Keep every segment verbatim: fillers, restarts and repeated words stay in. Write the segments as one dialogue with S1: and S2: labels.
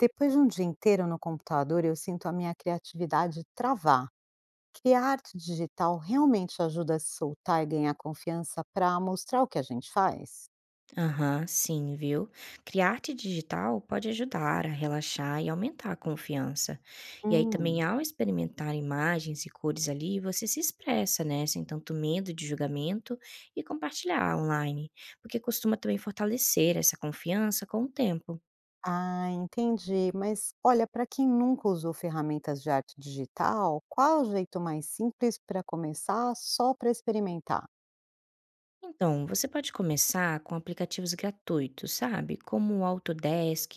S1: Depois de um dia inteiro no computador, eu sinto a minha criatividade travar. Criar arte digital realmente ajuda a se soltar e ganhar confiança para mostrar o que a gente faz?
S2: Aham, sim, viu? Criar arte digital pode ajudar a relaxar e aumentar a confiança. E aí também,
S1: Hum.
S2: ao experimentar imagens e cores ali, você se expressa, né? Sem tanto medo de julgamento e compartilhar online, porque costuma também fortalecer essa confiança com o tempo.
S1: Ah, entendi. Mas olha, para quem nunca usou ferramentas de arte digital, qual é o jeito mais simples para começar só para experimentar?
S2: Então, você pode começar com aplicativos gratuitos, sabe? Como o Autodesk,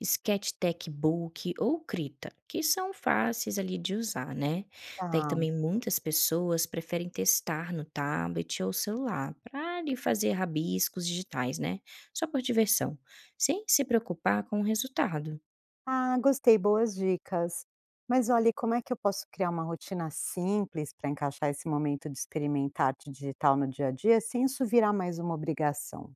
S2: Sketchtech Book ou Krita, que são fáceis ali de usar, né? Daí
S1: Tá.
S2: também muitas pessoas preferem testar no tablet ou celular para ali fazer rabiscos digitais, né? Só por diversão, sem se preocupar com o resultado.
S1: Ah, gostei, boas dicas. Mas olha, e como é que eu posso criar uma rotina simples para encaixar esse momento de experimentar arte digital no dia a dia sem isso virar mais uma obrigação?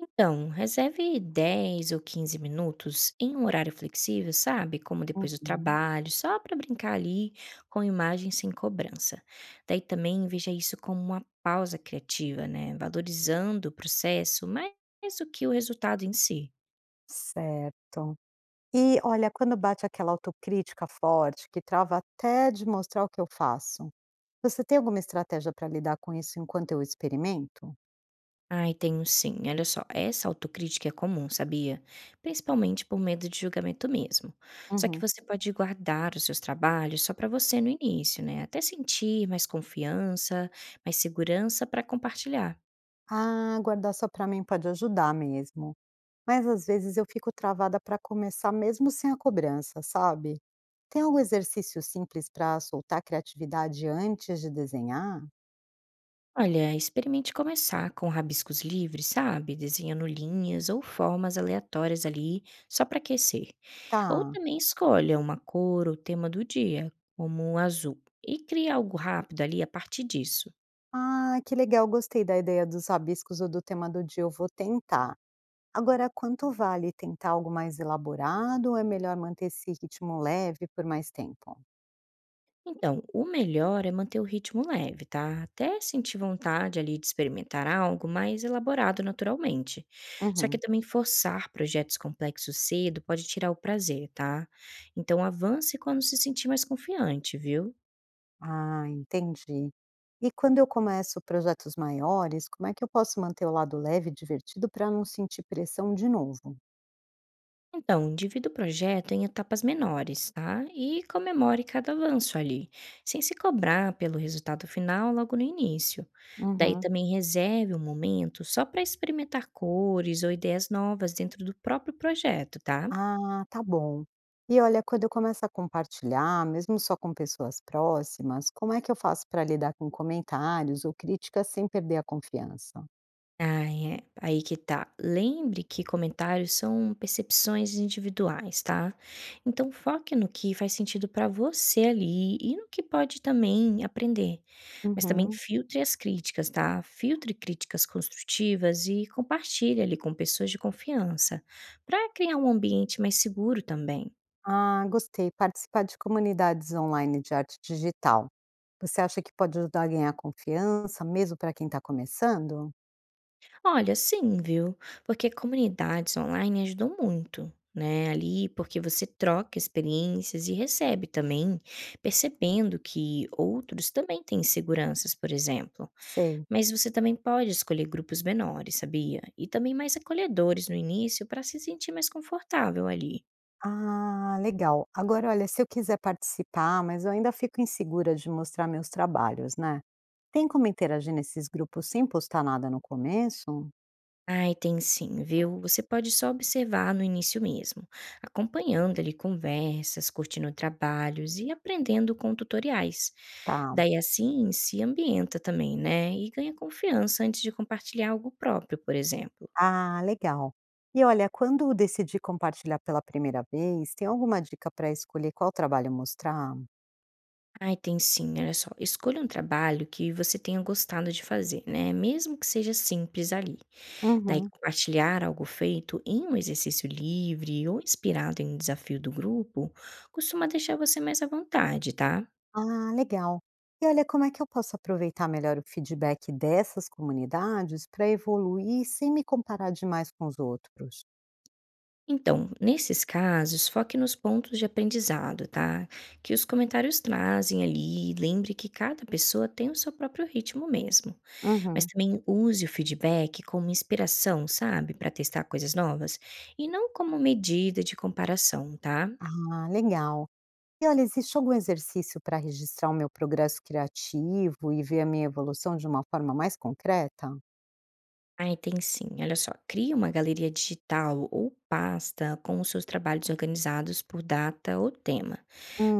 S2: Então, reserve dez ou quinze minutos em um horário flexível, sabe? Como depois do
S1: Uhum.
S2: trabalho, só para brincar ali com imagens sem cobrança. Daí também veja isso como uma pausa criativa, né? Valorizando o processo mais do que o resultado em si.
S1: Certo. E olha, quando bate aquela autocrítica forte que trava até de mostrar o que eu faço, você tem alguma estratégia para lidar com isso enquanto eu experimento?
S2: Ai, tenho sim. Olha só, essa autocrítica é comum, sabia? Principalmente por medo de julgamento mesmo. Só que
S1: Uhum.
S2: você pode guardar os seus trabalhos só para você no início, né? Até sentir mais confiança, mais segurança para compartilhar.
S1: Ah, guardar só para mim pode ajudar mesmo. Mas às vezes eu fico travada para começar mesmo sem a cobrança, sabe? Tem algum exercício simples para soltar a criatividade antes de desenhar?
S2: Olha, experimente começar com rabiscos livres, sabe? Desenhando linhas ou formas aleatórias ali, só para aquecer. Ou
S1: Tá.
S2: também escolha uma cor ou tema do dia, como o azul, e crie algo rápido ali a partir disso.
S1: Ah, que legal, gostei da ideia dos rabiscos ou do tema do dia, eu vou tentar. Agora, quanto vale tentar algo mais elaborado ou é melhor manter esse ritmo leve por mais tempo?
S2: Então, o melhor é manter o ritmo leve, tá? Até sentir vontade ali de experimentar algo mais elaborado naturalmente. Só que
S1: Uhum.
S2: também forçar projetos complexos cedo pode tirar o prazer, tá? Então avance quando se sentir mais confiante, viu?
S1: Ah, entendi. E quando eu começo projetos maiores, como é que eu posso manter o lado leve e divertido para não sentir pressão de novo?
S2: Então, divida o projeto em etapas menores, tá? E comemore cada avanço ali, sem se cobrar pelo resultado final logo no início. Daí
S1: Uhum.
S2: também reserve um momento só para experimentar cores ou ideias novas dentro do próprio projeto, tá?
S1: Ah, tá bom. E olha, quando eu começo a compartilhar, mesmo só com pessoas próximas, como é que eu faço para lidar com comentários ou críticas sem perder a confiança?
S2: Ah, é. Aí que tá. Lembre que comentários são percepções individuais, tá? Então foque no que faz sentido pra você ali e no que pode também aprender. Mas também
S1: Uhum.
S2: filtre as críticas, tá? Filtre críticas construtivas e compartilhe ali com pessoas de confiança, para criar um ambiente mais seguro também.
S1: Ah, gostei. Participar de comunidades online de arte digital. Você acha que pode ajudar a ganhar confiança, mesmo para quem está começando?
S2: Olha, sim, viu? Porque comunidades online ajudam muito, né? Ali, porque você troca experiências e recebe também, percebendo que outros também têm inseguranças, por exemplo.
S1: Sei.
S2: Mas você também pode escolher grupos menores, sabia? E também mais acolhedores no início para se sentir mais confortável ali.
S1: Ah, legal. Agora, olha, se eu quiser participar, mas eu ainda fico insegura de mostrar meus trabalhos, né? Tem como interagir nesses grupos sem postar nada no começo?
S2: Ai, tem sim, viu? Você pode só observar no início mesmo, acompanhando ali conversas, curtindo trabalhos e aprendendo com tutoriais.
S1: Tá.
S2: Daí assim se ambienta também, né, e ganha confiança antes de compartilhar algo próprio, por exemplo.
S1: Ah, legal. E olha, quando decidi compartilhar pela primeira vez, tem alguma dica para escolher qual trabalho mostrar?
S2: Ai, tem sim, olha só, escolha um trabalho que você tenha gostado de fazer, né, mesmo que seja simples ali. Daí
S1: Uhum.
S2: compartilhar algo feito em um exercício livre ou inspirado em um desafio do grupo, costuma deixar você mais à vontade, tá.
S1: Ah, legal. E olha, como é que eu posso aproveitar melhor o feedback dessas comunidades para evoluir sem me comparar demais com os outros?
S2: Então, nesses casos, foque nos pontos de aprendizado, tá, que os comentários trazem ali, lembre que cada pessoa tem o seu próprio ritmo mesmo. Mas
S1: Uhum.
S2: também use o feedback como inspiração, sabe, para testar coisas novas e não como medida de comparação, tá?
S1: Ah, legal. E olha, existe algum exercício para registrar o meu progresso criativo e ver a minha evolução de uma forma mais concreta?
S2: Ai, tem sim. Olha só, crie uma galeria digital ou pasta com os seus trabalhos organizados por data ou tema.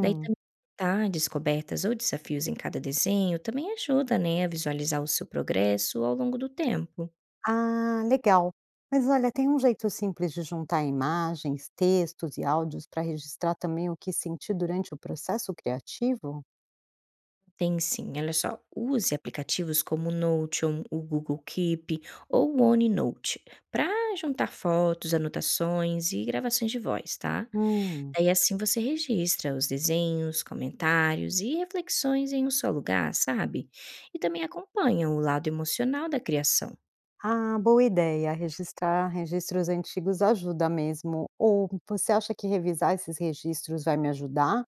S2: Daí também tá descobertas ou desafios em cada desenho também ajuda, né, a visualizar o seu progresso ao longo do tempo.
S1: Ah, legal. Mas olha, tem um jeito simples de juntar imagens, textos e áudios para registrar também o que senti durante o processo criativo?
S2: Tem sim, olha só. Use aplicativos como o Notion, o Google Keep ou o OneNote para juntar fotos, anotações e gravações de voz, tá?
S1: Hum.
S2: Daí assim você registra os desenhos, comentários e reflexões em um só lugar, sabe? E também acompanha o lado emocional da criação.
S1: Ah, boa ideia. Registrar registros antigos ajuda mesmo. Ou você acha que revisar esses registros vai me ajudar?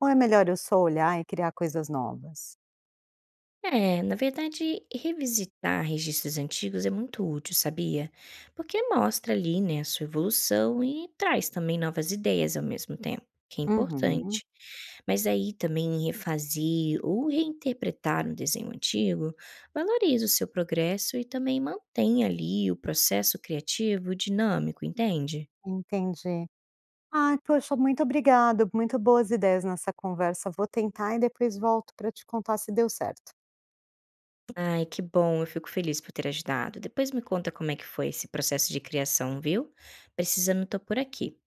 S1: Ou é melhor eu só olhar e criar coisas novas?
S2: É, na verdade, revisitar registros antigos é muito útil, sabia? Porque mostra ali, né, a sua evolução e traz também novas ideias ao mesmo tempo, que é
S1: Uhum,
S2: importante. Mas aí também refazer ou reinterpretar um desenho antigo valoriza o seu progresso e também mantém ali o processo criativo dinâmico, entende?
S1: entendi. Ai, poxa, muito obrigado. Muito boas ideias nessa conversa. Vou tentar e depois volto para te contar se deu certo.
S2: Ai, que bom, eu fico feliz por ter ajudado. Depois me conta como é que foi esse processo de criação, viu? Precisando, tô por aqui.